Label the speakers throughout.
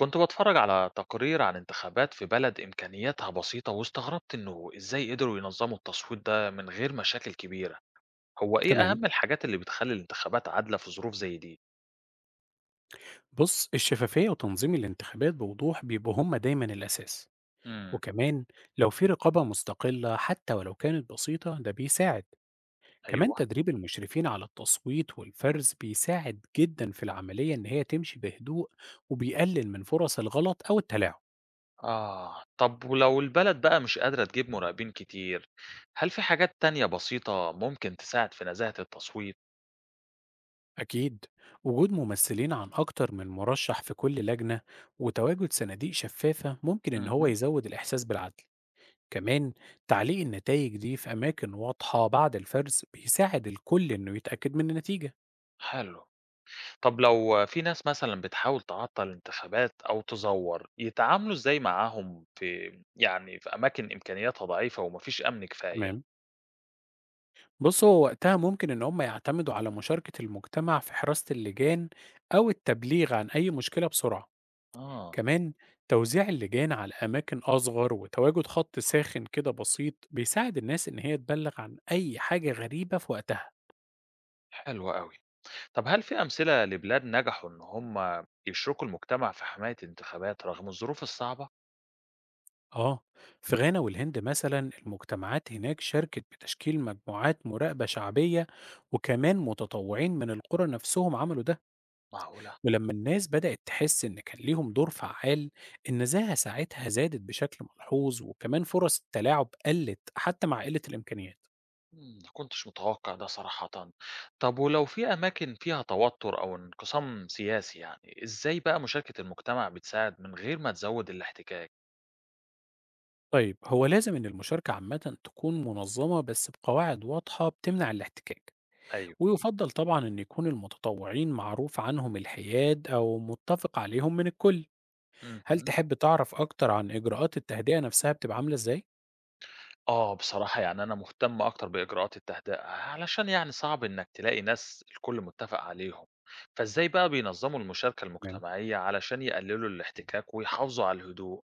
Speaker 1: كنت بتفرج على تقرير عن انتخابات في بلد إمكانياتها بسيطة واستغربت إنه إزاي قدروا ينظموا التصويت ده من غير مشاكل كبيرة. هو إيه
Speaker 2: تمام.
Speaker 1: أهم الحاجات اللي بتخلي الانتخابات عادلة في ظروف زي دي؟
Speaker 2: بص، الشفافية وتنظيم الانتخابات بوضوح بيبقوا هما دايما الأساس.
Speaker 1: مم.
Speaker 2: وكمان لو في رقابة مستقلة حتى ولو كانت بسيطة ده بيساعد. كمان
Speaker 1: ايوه.
Speaker 2: تدريب المشرفين على التصويت والفرز بيساعد جدا في العملية إن هي تمشي بهدوء، وبيقلل من فرص الغلط أو التلاعب.
Speaker 1: آه، طب ولو البلد بقى مش قادرة تجيب مراقبين كتير، هل في حاجات تانية بسيطة ممكن تساعد في نزاهة التصويت؟
Speaker 2: أكيد، وجود ممثلين عن أكتر من مرشح في كل لجنة، وتواجد صناديق شفافة ممكن إن هو
Speaker 1: مهم.
Speaker 2: يزود الإحساس بالعدل. كمان تعليق النتائج دي في أماكن واضحة بعد الفرز بيساعد الكل إنه يتأكد من النتيجة.
Speaker 1: حلو. طب لو في ناس مثلًا بتحاول تعطّل الانتخابات أو تزوّر، يتعاملوا إزاي معاهم في في أماكن إمكانياتها ضعيفة وما فيش أمن كفاية؟
Speaker 2: تمام. بص، هو وقتها ممكن إن هم يعتمدوا على مشاركة المجتمع في حراسة اللجان أو التبليغ عن أي مشكلة بسرعة.
Speaker 1: آه،
Speaker 2: كمان توزيع اللجان على أماكن أصغر وتواجد خط ساخن كده بسيط بيساعد الناس إن هي تبلغ عن أي حاجة غريبة في وقتها.
Speaker 1: حلو أوي. طب هل في أمثلة لبلاد نجحوا إن هم يشركوا المجتمع في حماية الانتخابات رغم الظروف الصعبة؟
Speaker 2: آه، في غانا والهند مثلا المجتمعات هناك شاركت بتشكيل مجموعات مراقبة شعبية، وكمان متطوعين من القرى نفسهم عملوا ده.
Speaker 1: معقولة!
Speaker 2: ولما الناس بدأت تحس إن كان ليهم دور فعال، النزاهة ساعتها زادت بشكل ملحوظ، وكمان فرص التلاعب قلت حتى مع قلة الإمكانيات.
Speaker 1: إمم، ما كنتش متوقع ده صراحةً. طب ولو في أماكن فيها توتر أو انقسام سياسي إزاي بقى مشاركة المجتمع بتساعد من غير ما تزوّد الاحتكاك؟
Speaker 2: طيب، هو لازم إن المشاركة عامة تكون منظمة بس بقواعد واضحة بتمنع الاحتكاك.
Speaker 1: أيوه.
Speaker 2: ويفضل طبعا إن يكون المتطوعين معروف عنهم الحياد أو متفق عليهم من الكل. هل
Speaker 1: اهم.
Speaker 2: تحب تعرف أكتر عن إجراءات التهدئة نفسها بتبقى عاملة إزاي؟
Speaker 1: آه، بصراحة أنا مهتم أكتر بإجراءات التهدئة، علشان صعب إنك تلاقي ناس الكل متفق عليهم، فإزاي بقى بينظموا المشاركة
Speaker 2: تمام.
Speaker 1: المجتمعية علشان يقللوا الاحتكاك ويحافظوا على الهدوء؟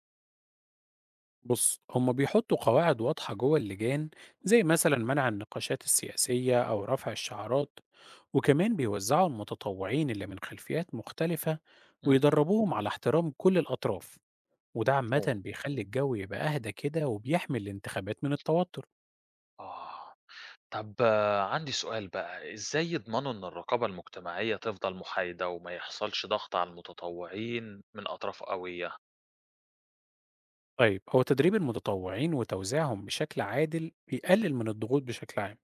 Speaker 2: بص، هما بيحطوا قواعد واضحة جوه اللجان، زي مثلا منع النقاشات السياسية أو رفع الشعارات. وكمان بيوزعوا المتطوعين اللي من خلفيات مختلفة
Speaker 1: امم.
Speaker 2: ويدربوهم على احترام كل الأطراف. وده عامة
Speaker 1: مفهوم.
Speaker 2: بيخلي الجو يبقى أهدى كده وبيحمي الانتخابات من التوتر.
Speaker 1: آه، طب عندي سؤال بقى، إزاي يضمنوا إن الرقابة المجتمعية تفضل محايدة وما يحصلش ضغط على المتطوعين من أطراف قوية؟
Speaker 2: طيب، هو تدريب المتطوعين وتوزيعهم بشكل عادل بيقلل من الضغوط بشكل عام.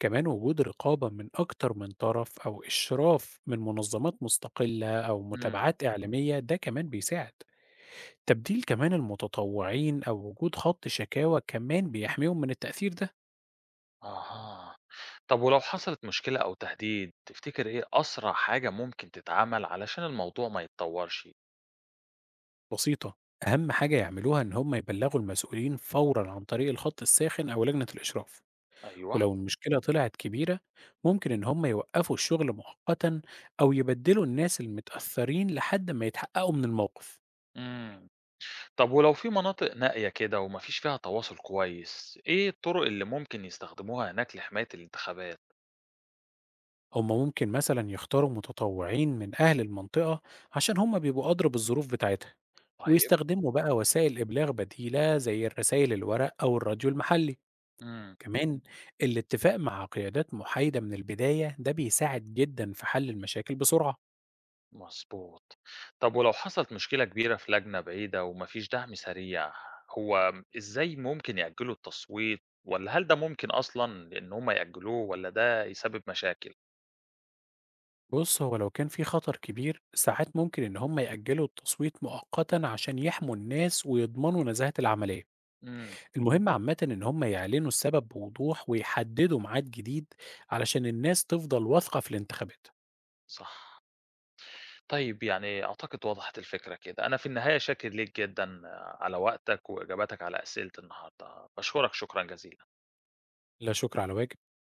Speaker 2: كمان وجود رقابة من أكتر من طرف أو إشراف من منظمات مستقلة أو
Speaker 1: امم.
Speaker 2: متابعات إعلامية ده كمان بيساعد. تبديل كمان المتطوعين أو وجود خط شكاوى كمان بيحميهم من التأثير ده.
Speaker 1: أها. طب ولو حصلت مشكلة أو تهديد، تفتكر إيه أسرع حاجة ممكن تتعمل علشان الموضوع ما يتطورش؟
Speaker 2: بسيطة، أهم حاجة يعملوها إن هم يبلغوا المسؤولين فورا عن طريق الخط الساخن أو لجنة الإشراف.
Speaker 1: أيوه.
Speaker 2: ولو المشكلة طلعت كبيرة، ممكن إن هم يوقفوا الشغل مؤقتا أو يبدلوا الناس المتأثرين لحد ما يتحققوا من الموقف.
Speaker 1: إمم. طب ولو في مناطق نائية كده وما فيش فيها تواصل كويس، إيه الطرق اللي ممكن يستخدموها هناك لحماية الانتخابات؟
Speaker 2: هم ممكن مثلا يختاروا متطوعين من أهل المنطقة عشان هم بيبقوا أدرى بالظروف بتاعتها،
Speaker 1: طيب.
Speaker 2: ويستخدموا بقى وسائل إبلاغ بديلة زي الرسائل الورق أو الراديو المحلي.
Speaker 1: إمم.
Speaker 2: كمان الاتفاق مع قيادات محايدة من البداية ده بيساعد جدا في حل المشاكل بسرعة.
Speaker 1: مضبوط. طب ولو حصلت مشكلة كبيرة في لجنة بعيدة وما فيش دعم سريع، هو إزاي ممكن يأجلوا التصويت؟ والّا هل ده ممكن أصلًا إن هم يأجلوه والّا ده يسبب مشاكل؟
Speaker 2: بص، هو لو كان في خطر كبير ساعات ممكن إن هم يأجلوا التصويت مؤقتا عشان يحموا الناس ويضمنوا نزاهة العملية.
Speaker 1: إمم.
Speaker 2: المهم عامةً إن هم يعلنوا السبب بوضوح ويحددوا ميعاد جديد علشان الناس تفضل واثقة في الانتخابات.
Speaker 1: صح. طيب أعتقد وضحت الفكرة كده، أنا في النهاية شاكر ليك جدًا على وقتك وإجاباتك على أسئلة النهارده، باشكرك شكرًا جزيلًا.
Speaker 2: لا شكر على واجب.